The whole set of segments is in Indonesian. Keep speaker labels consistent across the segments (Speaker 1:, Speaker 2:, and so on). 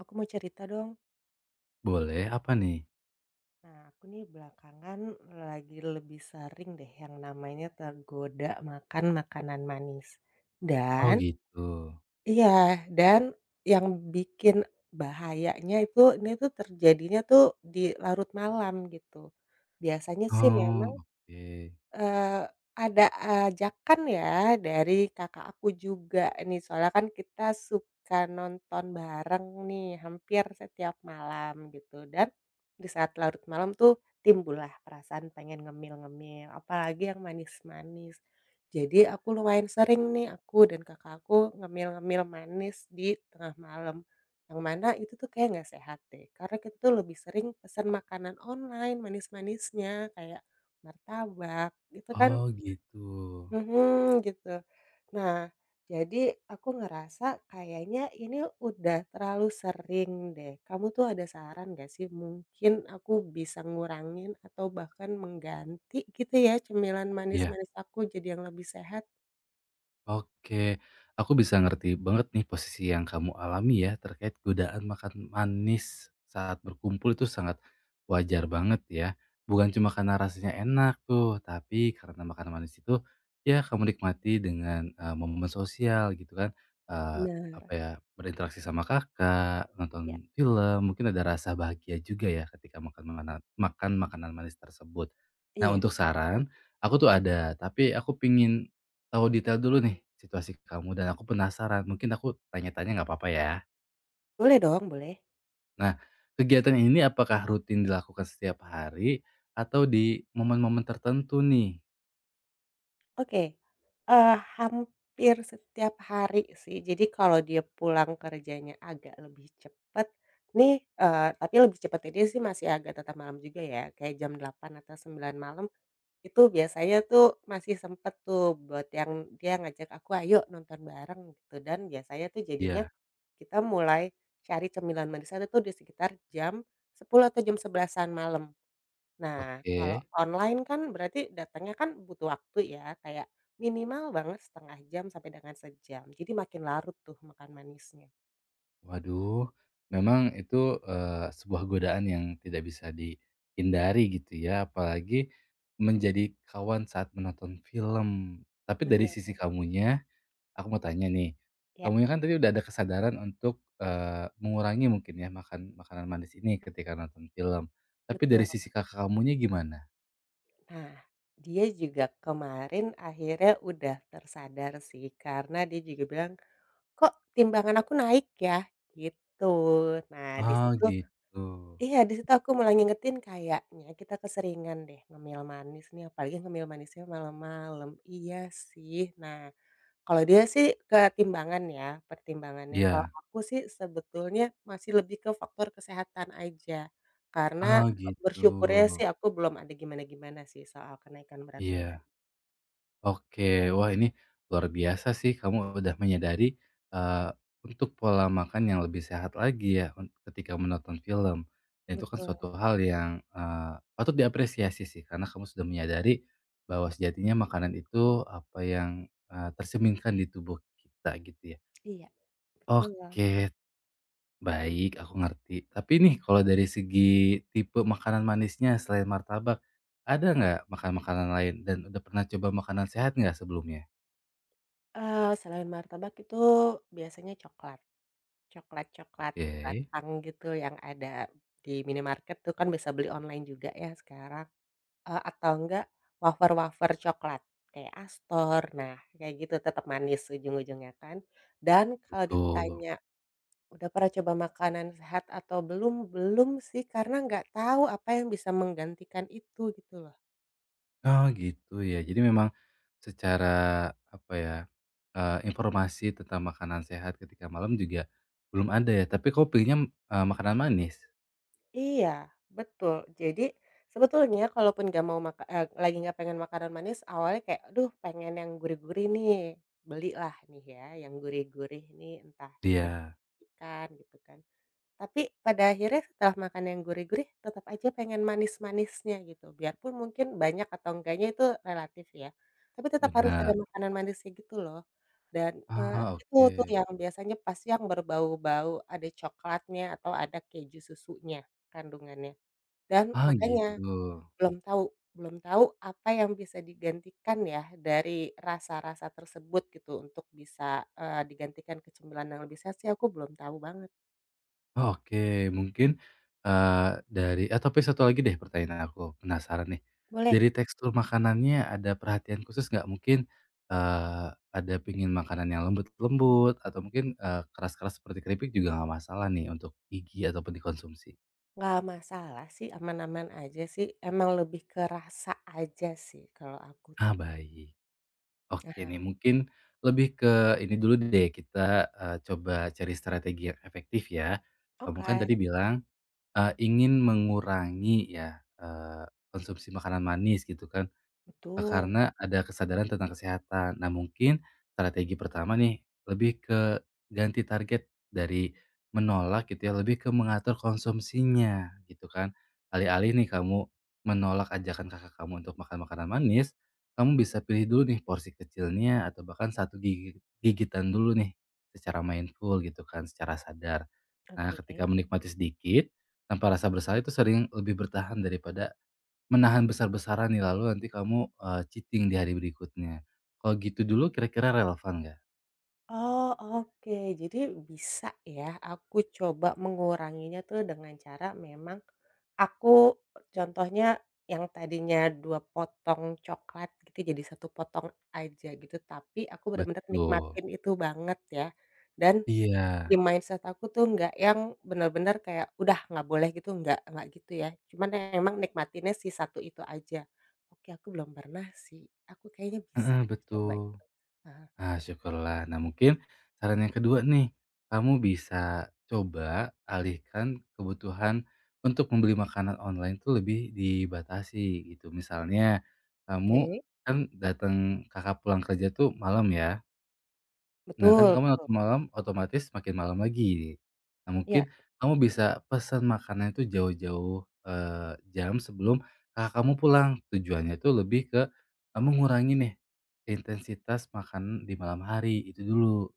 Speaker 1: Aku mau cerita dong.
Speaker 2: Boleh, apa nih?
Speaker 1: Nah, aku nih belakangan lagi lebih sering deh yang namanya tergoda makan makanan manis.
Speaker 2: Oh
Speaker 1: Dan
Speaker 2: gitu.
Speaker 1: iya, dan yang bikin bahayanya itu ini tuh terjadinya tuh di larut malam gitu. Biasanya sih memang
Speaker 2: Oh, oke.
Speaker 1: Eee, ada ajakan ya dari kakak aku juga nih, soalnya kan kita suka nonton bareng nih hampir setiap malam gitu dan di saat larut malam tuh timbullah perasaan pengen ngemil-ngemil, apalagi yang manis-manis. Jadi aku lumayan sering nih aku dan kakak aku ngemil-ngemil manis di tengah malam, yang mana itu tuh kayaknya nggak sehat deh, karena kita tuh lebih sering pesan makanan online manis-manisnya kayak martabak, itu kan
Speaker 2: Oh gitu.
Speaker 1: mhm, gitu. Nah, jadi aku ngerasa kayaknya ini udah terlalu sering deh. Kamu tuh ada saran nggak sih? Mungkin aku bisa ngurangin atau bahkan mengganti gitu ya, cemilan
Speaker 2: Iya.
Speaker 1: manis-manis aku jadi yang lebih sehat?
Speaker 2: Oke, aku bisa ngerti banget nih posisi yang kamu alami ya terkait godaan makan manis saat berkumpul itu sangat wajar banget ya. Bukan cuma karena rasanya enak tuh, tapi karena makanan manis itu ya kamu nikmati dengan momen sosial gitu kan. Eh,
Speaker 1: Benar.
Speaker 2: apa ya, berinteraksi sama kakak,
Speaker 1: Iya,
Speaker 2: nonton film, mungkin ada rasa bahagia juga ya ketika makan makanan manis tersebut. Nah,
Speaker 1: iya.
Speaker 2: untuk saran, aku tuh ada, tapi aku pingin tahu detail dulu nih situasi kamu dan aku penasaran, mungkin aku tanya-tanya nggak apa-apa ya?
Speaker 1: Boleh dong, boleh.
Speaker 2: Nah, kegiatan ini apakah rutin dilakukan setiap hari atau di momen-momen tertentu nih?
Speaker 1: Oke, hampir setiap hari sih. Jadi kalau dia pulang kerjanya agak lebih cepet nih, tapi lebih cepetnya dia sih masih agak tetap malam juga ya, kayak jam 8 atau 9 malam, itu biasanya tuh masih sempet tuh buat yang dia ngajak aku, "Ayo nonton bareng," gitu. Dan biasanya tuh jadinya
Speaker 2: Iya,
Speaker 1: kita mulai cari cemilan manis itu tuh di sekitar jam 10 atau jam sebelasan malam. Nah, kalau
Speaker 2: oke.
Speaker 1: online kan berarti datangnya kan butuh waktu ya, kayak minimal banget setengah jam sampai dengan sejam. Jadi makin larut tuh makan manisnya.
Speaker 2: Waduh, memang itu, sebuah godaan yang tidak bisa dihindari gitu ya, apalagi menjadi kawan saat menonton film. Tapi dari
Speaker 1: Benar.
Speaker 2: sisi kamunya, aku mau tanya nih,
Speaker 1: Ya.
Speaker 2: kamunya kan tadi udah ada kesadaran untuk, mengurangi mungkin ya makan makanan manis ini ketika nonton film. Tapi
Speaker 1: Betul.
Speaker 2: dari sisi kakak kamunya gimana?
Speaker 1: Nah, dia juga kemarin akhirnya udah tersadar sih, karena dia juga bilang, "Kok timbangan aku naik ya?" Gitu. Nah, di
Speaker 2: Ah
Speaker 1: situ
Speaker 2: gitu.
Speaker 1: iya, di situ aku mulai ngingetin kayaknya kita keseringan deh ngemil manis nih, apalagi ngemil manisnya malam-malam. Iya sih. Nah, kalau dia sih ketimbangan ya, pertimbangannya. Kalau
Speaker 2: Iya.
Speaker 1: aku sih sebetulnya masih lebih ke faktor kesehatan aja, karena
Speaker 2: Ah gitu.
Speaker 1: bersyukurnya sih aku belum ada gimana-gimana sih soal kenaikan berat badan.
Speaker 2: Iya. Oke, wah ini luar biasa sih kamu udah menyadari, eee, untuk pola makan yang lebih sehat lagi ya ketika menonton film. Dan itu kan
Speaker 1: Betul,
Speaker 2: suatu hal yang, patut diapresiasi sih karena kamu sudah menyadari bahwa sejatinya makanan itu apa yang, tercerminkan di tubuh kita gitu ya.
Speaker 1: iya, betul.
Speaker 2: Oke, baik aku ngerti. Tapi nih kalau dari segi tipe makanan manisnya selain martabak, ada nggak makan makanan lain dan udah pernah coba makanan sehat nggak sebelumnya?
Speaker 1: Selain martabak itu biasanya coklat, coklat-coklat
Speaker 2: Oke,
Speaker 1: batang gitu yang ada di minimarket tuh kan bisa beli online juga ya sekarang. Atau enggak wafer-wafer coklat kayak Astor. Nah, kayak gitu tetap manis ujung-ujungnya kan. Dan kalau
Speaker 2: betul.
Speaker 1: ditanya, "Udah pernah coba makanan sehat atau belum?" Belum sih, karena nggak tahu apa yang bisa menggantikan itu gitu loh.
Speaker 2: Oh, gitu ya. Jadi memang secara apa ya, informasi tentang makanan sehat ketika malam juga belum ada ya, tapi kamu pilihnya, makanan manis?
Speaker 1: Iya, betul. Jadi sebetulnya kalaupun nggak mau lagi nggak pengen makanan manis, awalnya kayak, "Aduh pengen yang gurih-gurih nih." Belilah nih ya yang gurih-gurih nih entah keripik
Speaker 2: Iya,
Speaker 1: ikan gitu kan. Tapi pada akhirnya setelah makan yang gurih-gurih tetap aja pengen manis-manisnya gitu, biarpun mungkin banyak atau enggaknya itu relatif ya, tapi tetap harus ada
Speaker 2: benar.
Speaker 1: makanan manisnya gitu loh. Dan,
Speaker 2: Ah,
Speaker 1: itu tuh
Speaker 2: oke.
Speaker 1: yang biasanya pasti yang berbau-bau ada coklatnya atau ada keju susunya kandungannya. Dan
Speaker 2: Ah,
Speaker 1: makanya
Speaker 2: gitu.
Speaker 1: belum tahu belum tahu apa yang bisa digantikan ya dari rasa-rasa tersebut gitu untuk bisa, digantikan ke cemilan yang lebih sehat sih aku belum tahu banget.
Speaker 2: Oke, mungkin, tapi satu lagi deh pertanyaan aku, penasaran nih.
Speaker 1: Boleh?
Speaker 2: Dari tekstur makanannya ada perhatian khusus nggak? Mungkin, eee, ada pingin makanan yang lembut-lembut atau mungkin, keras-keras seperti keripik juga nggak masalah nih untuk gigi ataupun dikonsumsi?
Speaker 1: Nggak masalah sih, aman-aman aja sih, emang lebih ke rasa aja sih kalau aku tuh.
Speaker 2: Ah, baik. Oke
Speaker 1: Ah,
Speaker 2: nih, mungkin lebih ke ini dulu deh, kita, coba cari strategi yang efektif ya. Kamu kan
Speaker 1: oke,
Speaker 2: tadi bilang, ingin mengurangi ya, konsumsi makanan manis gitu kan.
Speaker 1: betul.
Speaker 2: Karena ada kesadaran tentang kesehatan. Nah, mungkin strategi pertama nih, lebih ke ganti target dari menolak gitu ya, lebih ke mengatur konsumsinya, gitu kan. Alih-alih nih kamu menolak ajakan kakak kamu untuk makan makanan manis, kamu bisa pilih dulu nih porsi kecilnya atau bahkan satu gigitan dulu nih, secara mindful gitu kan, secara sadar. Nah,
Speaker 1: Oke.
Speaker 2: ketika menikmati sedikit, tanpa rasa bersalah itu sering lebih bertahan daripada menahan besar-besaran nih, lalu nanti kamu, cheating di hari berikutnya. Kalau gitu dulu kira-kira relevan nggak?
Speaker 1: Oh, oke. Jadi bisa ya aku coba menguranginya tuh dengan cara memang aku contohnya yang tadinya 2 potong coklat gitu jadi satu potong aja gitu, tapi aku benar-benar
Speaker 2: Betul.
Speaker 1: nikmatin itu banget ya, dan
Speaker 2: Iya,
Speaker 1: di mindset aku tuh nggak yang benar-benar kayak, "Udah nggak boleh gitu," nggak gitu ya. Cuman ya emang nikmatinnya si satu itu aja. Oke, aku belum pernah sih. Aku kayaknya bisa
Speaker 2: heeh,
Speaker 1: coba
Speaker 2: betul.
Speaker 1: itu. Heeh,
Speaker 2: Ah, syukurlah. Nah mungkin saran yang kedua nih, kamu bisa coba alihkan kebutuhan untuk membeli makanan online tuh lebih dibatasi gitu. Misalnya, kamu
Speaker 1: oke.
Speaker 2: kan datang, kakak pulang kerja tuh malam ya? Nah, kan
Speaker 1: Betul,
Speaker 2: kamu
Speaker 1: betul.
Speaker 2: nonton malam otomatis makin malam lagi. Nah,
Speaker 1: Iya.
Speaker 2: mungkin kamu bisa pesan makanan itu jauh-jauh, jam sebelum kakak kamu pulang. Tujuannya itu lebih ke, mengurangi nih intensitas makan di malam hari, itu dulu.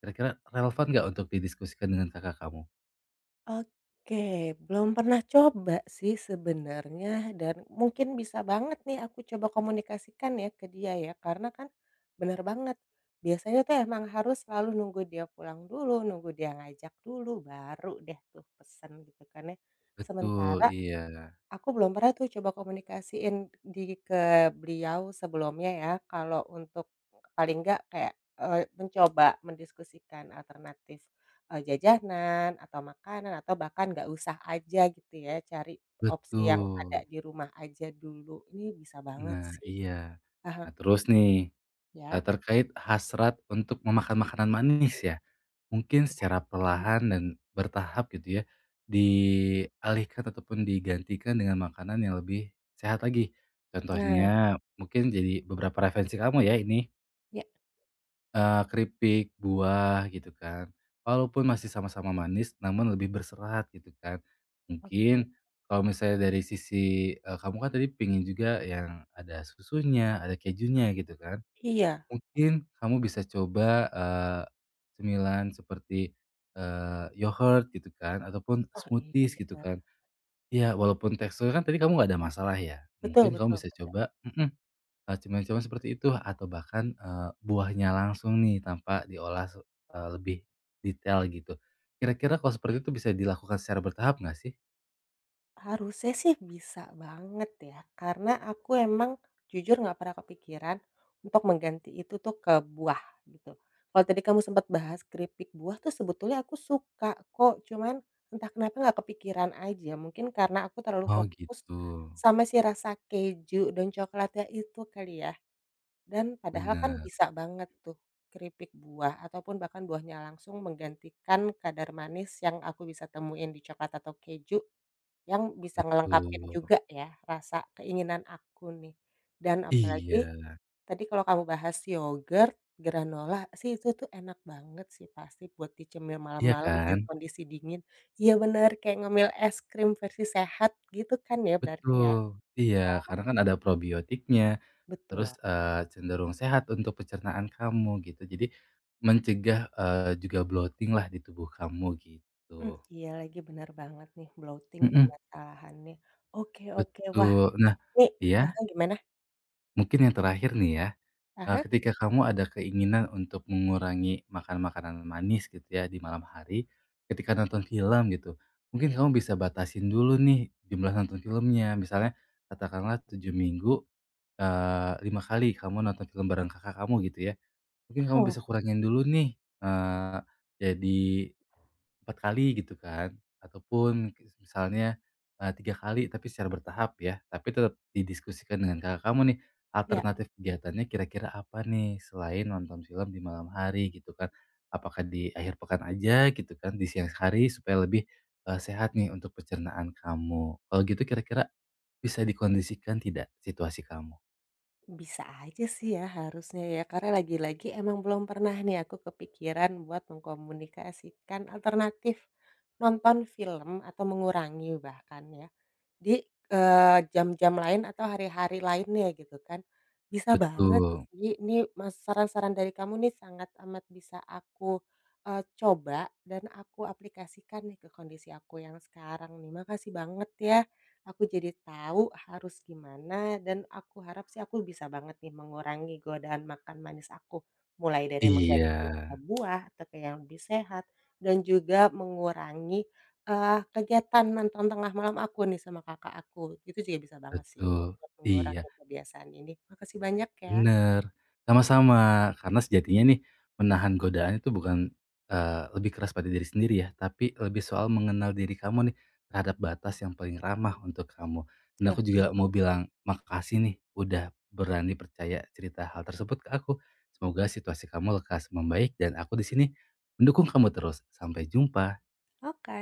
Speaker 2: Kira-kira relevan nggak untuk didiskusikan dengan kakak kamu?
Speaker 1: Oke, belum pernah coba sih sebenarnya, dan mungkin bisa banget nih aku coba komunikasikan ya ke dia ya, karena kan benar banget, biasanya tuh emang harus selalu nunggu dia pulang dulu, nunggu dia ngajak dulu, baru deh tuh pesen gitu kan ya.
Speaker 2: Betul,
Speaker 1: Sementara
Speaker 2: iya.
Speaker 1: aku belum pernah tuh coba komunikasiin di ke beliau sebelumnya ya, kalau untuk paling enggak kayak, mencoba mendiskusikan alternatif, jajanan atau makanan atau bahkan nggak usah aja gitu ya, cari opsi yang ada
Speaker 2: Betul.
Speaker 1: di rumah aja dulu. Ini bisa banget
Speaker 2: Nah,
Speaker 1: sih.
Speaker 2: iya.
Speaker 1: Ah,
Speaker 2: Nah, terus nih,
Speaker 1: ya?
Speaker 2: terkait hasrat untuk memakan makanan manis ya. Mungkin
Speaker 1: Iya.
Speaker 2: secara
Speaker 1: Mmm.
Speaker 2: perlahan dan bertahap gitu ya, dialihkan ataupun digantikan dengan makanan yang lebih sehat lagi.
Speaker 1: Nah,
Speaker 2: Contohnya mungkin jadi beberapa referensi kamu ya ini,
Speaker 1: ya.
Speaker 2: keripik, buah gitu kan. Walaupun masih sama-sama manis namun lebih berserat gitu kan.
Speaker 1: Oke.
Speaker 2: Mungkin kalau misalnya dari sisi, kamu kan tadi pingin juga yang ada susunya, ada kejunya gitu kan.
Speaker 1: Iya.
Speaker 2: Mungkin kamu bisa coba, cemilan seperti, yogurt gitu kan ataupun
Speaker 1: Oh iya
Speaker 2: smoothies gitu
Speaker 1: benar.
Speaker 2: kan. Ya walaupun teksturnya kan tadi kamu nggak ada masalah ya,
Speaker 1: Betul,
Speaker 2: mungkin
Speaker 1: betul.
Speaker 2: kamu bisa coba cemilan-cemilan seperti itu atau bahkan, buahnya langsung nih tanpa diolah lebih detail gitu. Kira-kira kalau seperti itu bisa dilakukan secara bertahap nggak sih?
Speaker 1: Harusnya sih bisa banget ya, karena aku emang jujur nggak pernah kepikiran untuk mengganti itu tuh ke buah gitu. Kalau tadi kamu sempat bahas keripik buah tuh sebetulnya aku suka kok, cuman entah kenapa nggak kepikiran aja. Mungkin karena aku terlalu
Speaker 2: Oh
Speaker 1: fokus
Speaker 2: gitu,
Speaker 1: sama si rasa keju dan coklatnya itu kali ya. Dan padahal kan
Speaker 2: benar
Speaker 1: bisa banget tuh keripik buah ataupun bahkan buahnya langsung menggantikan kadar manis yang aku bisa temuin di coklat atau keju yang bisa ngelengkapin
Speaker 2: betul.
Speaker 1: juga ya, rasa keinginan aku nih. Dan apalagi
Speaker 2: Iya,
Speaker 1: tadi kalau kamu bahas yogurt, granola sih itu tuh enak banget sih pasti buat dicemil
Speaker 2: iya
Speaker 1: malam-malam
Speaker 2: kan?
Speaker 1: dan kondisi dingin. Iya bener, kayak ngemil es krim versi sehat gitu kan ya berarti ya?
Speaker 2: Betul, iya,
Speaker 1: Wah,
Speaker 2: karena kan ada probiotiknya, terus,
Speaker 1: betul.
Speaker 2: cenderung sehat untuk pencernaan kamu gitu. Jadi mencegah, juga bloating lah di tubuh kamu
Speaker 1: Mmm,
Speaker 2: gitu.
Speaker 1: iya lagi benar banget nih bloating
Speaker 2: Mhm,
Speaker 1: permasalahannya. Oke, oke, wah
Speaker 2: betul. Nah
Speaker 1: nih
Speaker 2: iya,
Speaker 1: heeh, gimana?
Speaker 2: mungkin yang terakhir nih ya,
Speaker 1: Ah,
Speaker 2: ketika kamu ada keinginan untuk mengurangi makan makanan manis gitu ya di malam hari, ketika nonton film gitu, mungkin kamu bisa batasin dulu nih jumlah nonton filmnya. Misalnya katakanlah 7 minggu, 5 kali kamu nonton film bareng kakak kamu gitu ya, mungkin kamu
Speaker 1: oh,
Speaker 2: bisa kurangin dulu nih, eee, jadi 4 kali gitu kan, ataupun misalnya, 3 kali tapi secara bertahap ya, tapi tetap didiskusikan dengan kakak kamu nih,
Speaker 1: ya.
Speaker 2: alternatif kegiatannya kira-kira apa nih selain nonton film di malam hari gitu kan. Apakah di akhir pekan aja gitu kan, di siang hari supaya lebih, sehat nih untuk pencernaan kamu. Kalau gitu kira-kira bisa dikondisikan tidak situasi kamu?
Speaker 1: Bisa aja sih ya harusnya ya, karena lagi-lagi emang belum pernah nih aku kepikiran buat mengkomunikasikan alternatif nonton film atau mengurangi bahkan ya. Di, jam-jam lain atau hari-hari lainnya gitu kan. Bisa banget
Speaker 2: Betul.
Speaker 1: sih ini Mas, saran-saran dari kamu nih sangat amat bisa aku, coba dan aku aplikasikan nih ke kondisi aku yang sekarang nih. Makasih banget ya, aku jadi tahu harus gimana dan aku harap sih aku bisa banget nih mengurangi godaan makan manis aku. Mulai dari menggantinya
Speaker 2: Iya,
Speaker 1: ke buah atau ke yang lebih sehat dan juga mengurangi kegiatan nonton tengah malam aku nih sama kakak aku, itu juga bisa banget sih
Speaker 2: betul.
Speaker 1: buat
Speaker 2: Iya,
Speaker 1: mengurangi kebiasaan ini. Makasih banyak ya.
Speaker 2: bener. Sama-sama, karena sejatinya nih menahan godaan itu bukan, lebih keras pada diri sendiri ya, tapi lebih soal mengenal diri kamu nih terhadap batas yang paling ramah untuk kamu. Dan
Speaker 1: Wah,
Speaker 2: aku juga
Speaker 1: iya,
Speaker 2: mau bilang makasih nih udah berani percaya cerita hal tersebut ke aku. Semoga situasi kamu lekas membaik dan aku di sini mendukung kamu terus. Sampai jumpa.
Speaker 1: oke.